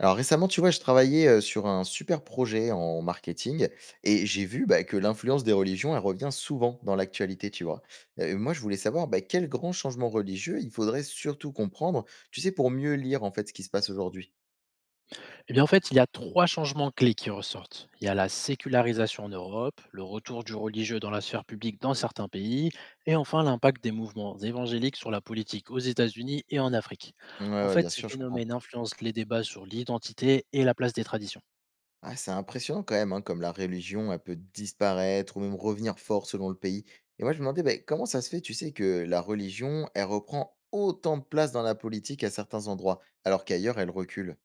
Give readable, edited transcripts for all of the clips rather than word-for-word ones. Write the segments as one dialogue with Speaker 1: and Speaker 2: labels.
Speaker 1: Alors récemment, tu vois, je travaillais sur un super projet en marketing et j'ai vu bah, que l'influence des religions, elle revient souvent dans l'actualité, tu vois. Moi, je voulais savoir bah, quel grand changement religieux il faudrait surtout comprendre, tu sais, pour mieux lire en fait ce qui se passe aujourd'hui.
Speaker 2: Eh bien, en fait, il y a trois changements clés qui ressortent. Il y a la sécularisation en Europe, le retour du religieux dans la sphère publique dans certains pays, et enfin l'impact des mouvements évangéliques sur la politique aux États-Unis et en Afrique.
Speaker 1: Ouais,
Speaker 2: En
Speaker 1: ouais,
Speaker 2: fait,
Speaker 1: bien
Speaker 2: ces
Speaker 1: sûr, je comprends.
Speaker 2: phénomènes influencent les débats sur l'identité et la place des traditions.
Speaker 1: Ah, c'est impressionnant quand même, hein, comme la religion, elle peut disparaître ou même revenir fort selon le pays. Et moi, je me demandais bah, comment ça se fait, tu sais, que la religion, elle reprend autant de place dans la politique à certains endroits, alors qu'ailleurs, elle recule.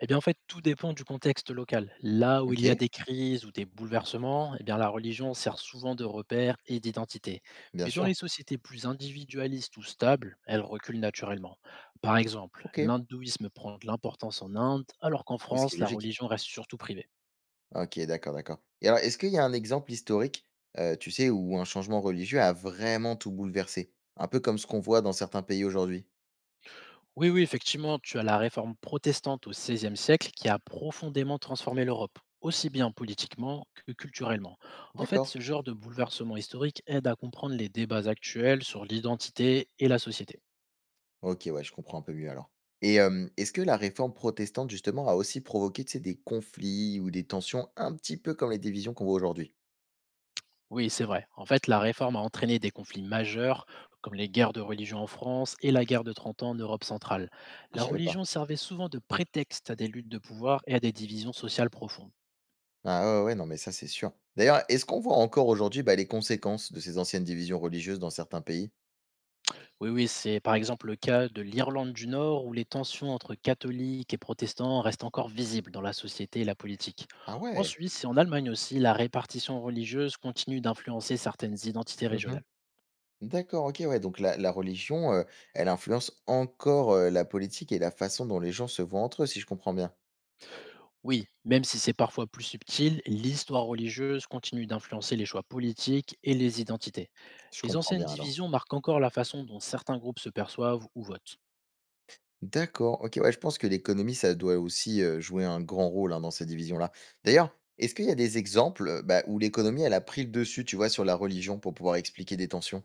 Speaker 2: Eh bien, en fait, tout dépend du contexte local. Là où il
Speaker 1: Ok,
Speaker 2: y a des crises ou des bouleversements, eh bien, la religion sert souvent de repère et d'identité.
Speaker 1: bien
Speaker 2: Mais dans
Speaker 1: sûr.
Speaker 2: les sociétés plus individualistes ou stables, elle recule naturellement. Par exemple,
Speaker 1: OK.
Speaker 2: l'hindouisme prend de l'importance en Inde, alors qu'en
Speaker 1: Oui, ce qui
Speaker 2: France,
Speaker 1: est
Speaker 2: la
Speaker 1: logique.
Speaker 2: religion reste surtout privée.
Speaker 1: OK, d'accord, d'accord. Et alors, est-ce qu'il y a un exemple historique, tu sais, où un changement religieux a vraiment tout bouleversé? Un peu comme ce qu'on voit dans certains pays aujourd'hui?
Speaker 2: Oui, oui, effectivement, tu as la réforme protestante au XVIe siècle qui a profondément transformé l'Europe, aussi bien politiquement que culturellement. En fait,
Speaker 1: D'accord.
Speaker 2: ce genre de bouleversement historique aide à comprendre les débats actuels sur l'identité et la société.
Speaker 1: OK, ouais, je comprends un peu mieux alors. Et est-ce que la réforme protestante, justement, a aussi provoqué, tu sais, des conflits ou des tensions un petit peu comme les divisions qu'on voit aujourd'hui?
Speaker 2: Oui, c'est vrai. En fait, la réforme a entraîné des conflits majeurs, comme les guerres de religion en France et la guerre de 30 ans en Europe centrale.
Speaker 1: Ah, je
Speaker 2: La
Speaker 1: savais pas.
Speaker 2: religion servait souvent de prétexte à des luttes de pouvoir et à des divisions sociales profondes.
Speaker 1: Ah ouais, ouais, ouais, non, mais ça, c'est sûr. D'ailleurs, est-ce qu'on voit encore aujourd'hui, bah, les conséquences de ces anciennes divisions religieuses dans certains pays?
Speaker 2: Oui, oui, c'est par exemple le cas de l'Irlande du Nord où les tensions entre catholiques et protestants restent encore visibles dans la société et la politique.
Speaker 1: Ah
Speaker 2: En
Speaker 1: ouais!
Speaker 2: Suisse et en Allemagne aussi, la répartition religieuse continue d'influencer certaines identités
Speaker 1: Mmh.
Speaker 2: régionales.
Speaker 1: D'accord, OK, ouais, donc la religion, elle influence encore, la politique et la façon dont les gens se voient entre eux, si je comprends bien?
Speaker 2: Oui, même si c'est parfois plus subtil, l'histoire religieuse continue d'influencer les choix politiques et les identités.
Speaker 1: Si je
Speaker 2: Les
Speaker 1: comprends
Speaker 2: anciennes
Speaker 1: bien alors.
Speaker 2: divisions marquent encore la façon dont certains groupes se perçoivent ou votent.
Speaker 1: D'accord, OK, ouais, je pense que l'économie, ça doit aussi, jouer un grand rôle, hein, dans ces divisions-là. D'ailleurs, est-ce qu'il y a des exemples, bah, où l'économie, elle a pris le dessus, tu vois, sur la religion pour pouvoir expliquer des tensions?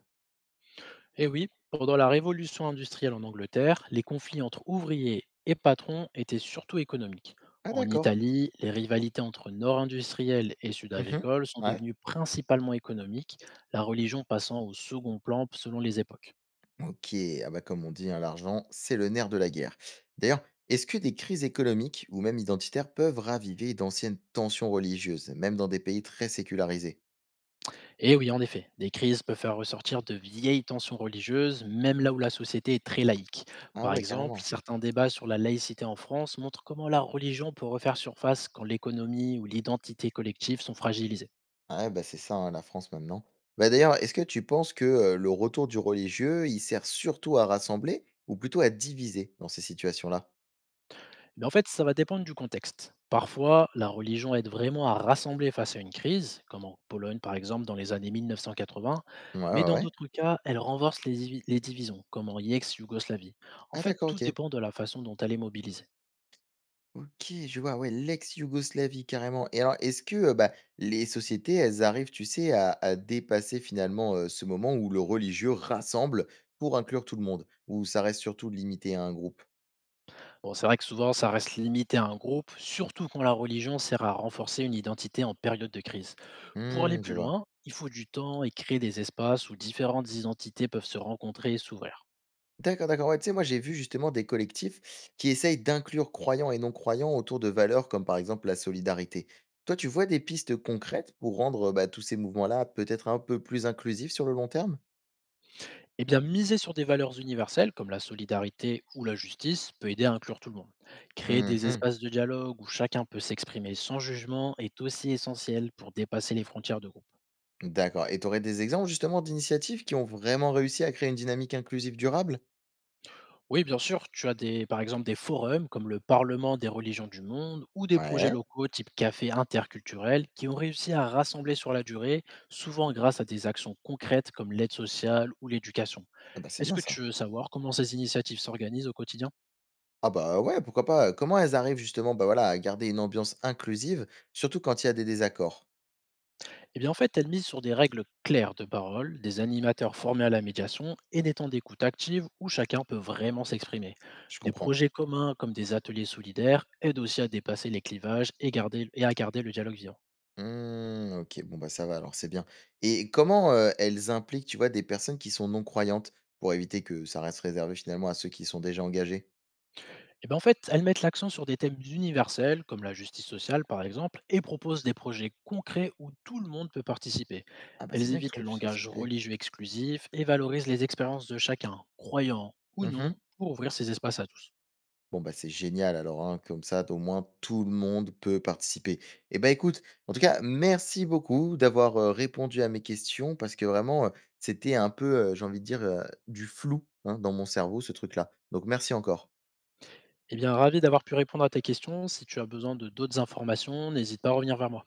Speaker 2: Eh oui, pendant la révolution industrielle en Angleterre, les conflits entre ouvriers et patrons étaient surtout économiques.
Speaker 1: Ah
Speaker 2: En
Speaker 1: d'accord.
Speaker 2: Italie, les rivalités entre nord industriel et sud
Speaker 1: Mmh.
Speaker 2: agricole sont
Speaker 1: Ouais.
Speaker 2: devenues principalement économiques, la religion passant au second plan selon les époques.
Speaker 1: Ok, ah bah comme on dit, hein, l'argent, c'est le nerf de la guerre. D'ailleurs, est-ce que des crises économiques ou même identitaires peuvent raviver d'anciennes tensions religieuses, même dans des pays très sécularisés?
Speaker 2: Et oui, en effet, des crises peuvent faire ressortir de vieilles tensions religieuses, même là où la société est très laïque.
Speaker 1: Ah
Speaker 2: Par
Speaker 1: ouais,
Speaker 2: exemple,
Speaker 1: carrément.
Speaker 2: certains débats sur la laïcité en France montrent comment la religion peut refaire surface quand l'économie ou l'identité collective sont fragilisées.
Speaker 1: Ah ouais, bah c'est ça, hein, la France maintenant. Bah d'ailleurs, est-ce que tu penses que le retour du religieux, il sert surtout à rassembler ou plutôt à diviser dans ces situations-là?
Speaker 2: Mais en fait, ça va dépendre du contexte. Parfois, la religion aide vraiment à rassembler face à une crise, comme en Pologne par exemple dans les années 1980,
Speaker 1: Ouais,
Speaker 2: mais
Speaker 1: ouais,
Speaker 2: dans
Speaker 1: ouais.
Speaker 2: d'autres cas, elle renforce les divisions, comme en ex-Yougoslavie. En
Speaker 1: Ah
Speaker 2: fait,
Speaker 1: d'accord,
Speaker 2: tout
Speaker 1: ok.
Speaker 2: dépend de la façon dont elle est mobilisée.
Speaker 1: OK, je vois, ouais, l'ex-Yougoslavie carrément et alors est-ce que, bah, les sociétés, elles arrivent, tu sais, à dépasser finalement, ce moment où le religieux rassemble pour inclure tout le monde? Ou ça reste surtout limité à un groupe?
Speaker 2: Bon, c'est vrai que souvent, ça reste limité à un groupe, surtout quand la religion sert à renforcer une identité en période de crise. Pour aller
Speaker 1: Mmh,
Speaker 2: plus
Speaker 1: je vois.
Speaker 2: loin, il faut du temps et créer des espaces où différentes identités peuvent se rencontrer et s'ouvrir.
Speaker 1: D'accord, d'accord, ouais, tu sais, moi, j'ai vu justement des collectifs qui essayent d'inclure croyants et non-croyants autour de valeurs comme, par exemple, la solidarité. Toi, tu vois des pistes concrètes pour rendre, bah, tous ces mouvements-là peut-être un peu plus inclusifs sur le long terme?
Speaker 2: Eh bien, miser sur des valeurs universelles comme la solidarité ou la justice peut aider à inclure tout le monde. Créer des
Speaker 1: Mmh.
Speaker 2: espaces de dialogue où chacun peut s'exprimer sans jugement est aussi essentiel pour dépasser les frontières de groupe.
Speaker 1: D'accord. Et tu aurais des exemples justement d'initiatives qui ont vraiment réussi à créer une dynamique inclusive durable?
Speaker 2: Oui, bien sûr, tu as des, par exemple des forums comme le Parlement des religions du monde ou des projets
Speaker 1: Ouais,
Speaker 2: locaux type café interculturel qui ont réussi à rassembler sur la durée, souvent grâce à des actions concrètes comme l'aide sociale ou l'éducation.
Speaker 1: ah bah, c'est
Speaker 2: Est-ce
Speaker 1: bien
Speaker 2: que tu
Speaker 1: ça.
Speaker 2: veux savoir comment ces initiatives s'organisent au quotidien?
Speaker 1: Ah bah ouais, pourquoi pas? Comment elles arrivent justement, bah voilà, à garder une ambiance inclusive, surtout quand il y a des désaccords?
Speaker 2: Eh bien, en fait, elle mise sur des règles claires de parole, des animateurs formés à la médiation et des temps d'écoute active où chacun peut vraiment s'exprimer.
Speaker 1: Je
Speaker 2: Des
Speaker 1: comprends.
Speaker 2: projets communs comme des ateliers solidaires aident aussi à dépasser les clivages et, garder- et à garder le dialogue vivant.
Speaker 1: Mmh, ok, bon bah ça va, alors c'est bien. Et comment elles impliquent, tu vois, des personnes qui sont non-croyantes pour éviter que ça reste réservé finalement à ceux qui sont déjà engagés?
Speaker 2: Eh bien, en fait, elles mettent l'accent sur des thèmes universels comme la justice sociale, par exemple, et proposent des projets concrets où tout le monde peut participer.
Speaker 1: Ah bah c'est
Speaker 2: Elles
Speaker 1: bien que tout
Speaker 2: évitent
Speaker 1: le
Speaker 2: le
Speaker 1: monde puisse
Speaker 2: langage
Speaker 1: participer.
Speaker 2: religieux exclusif et valorisent les expériences de chacun, croyant ou non, pour ouvrir ces espaces à tous.
Speaker 1: Bon, bah, c'est génial alors, hein, comme ça, au moins, tout le monde peut participer. Eh ben, écoute, en tout cas, merci beaucoup d'avoir, répondu à mes questions parce que vraiment, c'était un peu, j'ai envie de dire, du flou, hein, dans mon cerveau, ce truc-là. Donc merci encore.
Speaker 2: Eh bien, ravi d'avoir pu répondre à tes questions. Si tu as besoin de d'autres informations, n'hésite pas à revenir vers moi.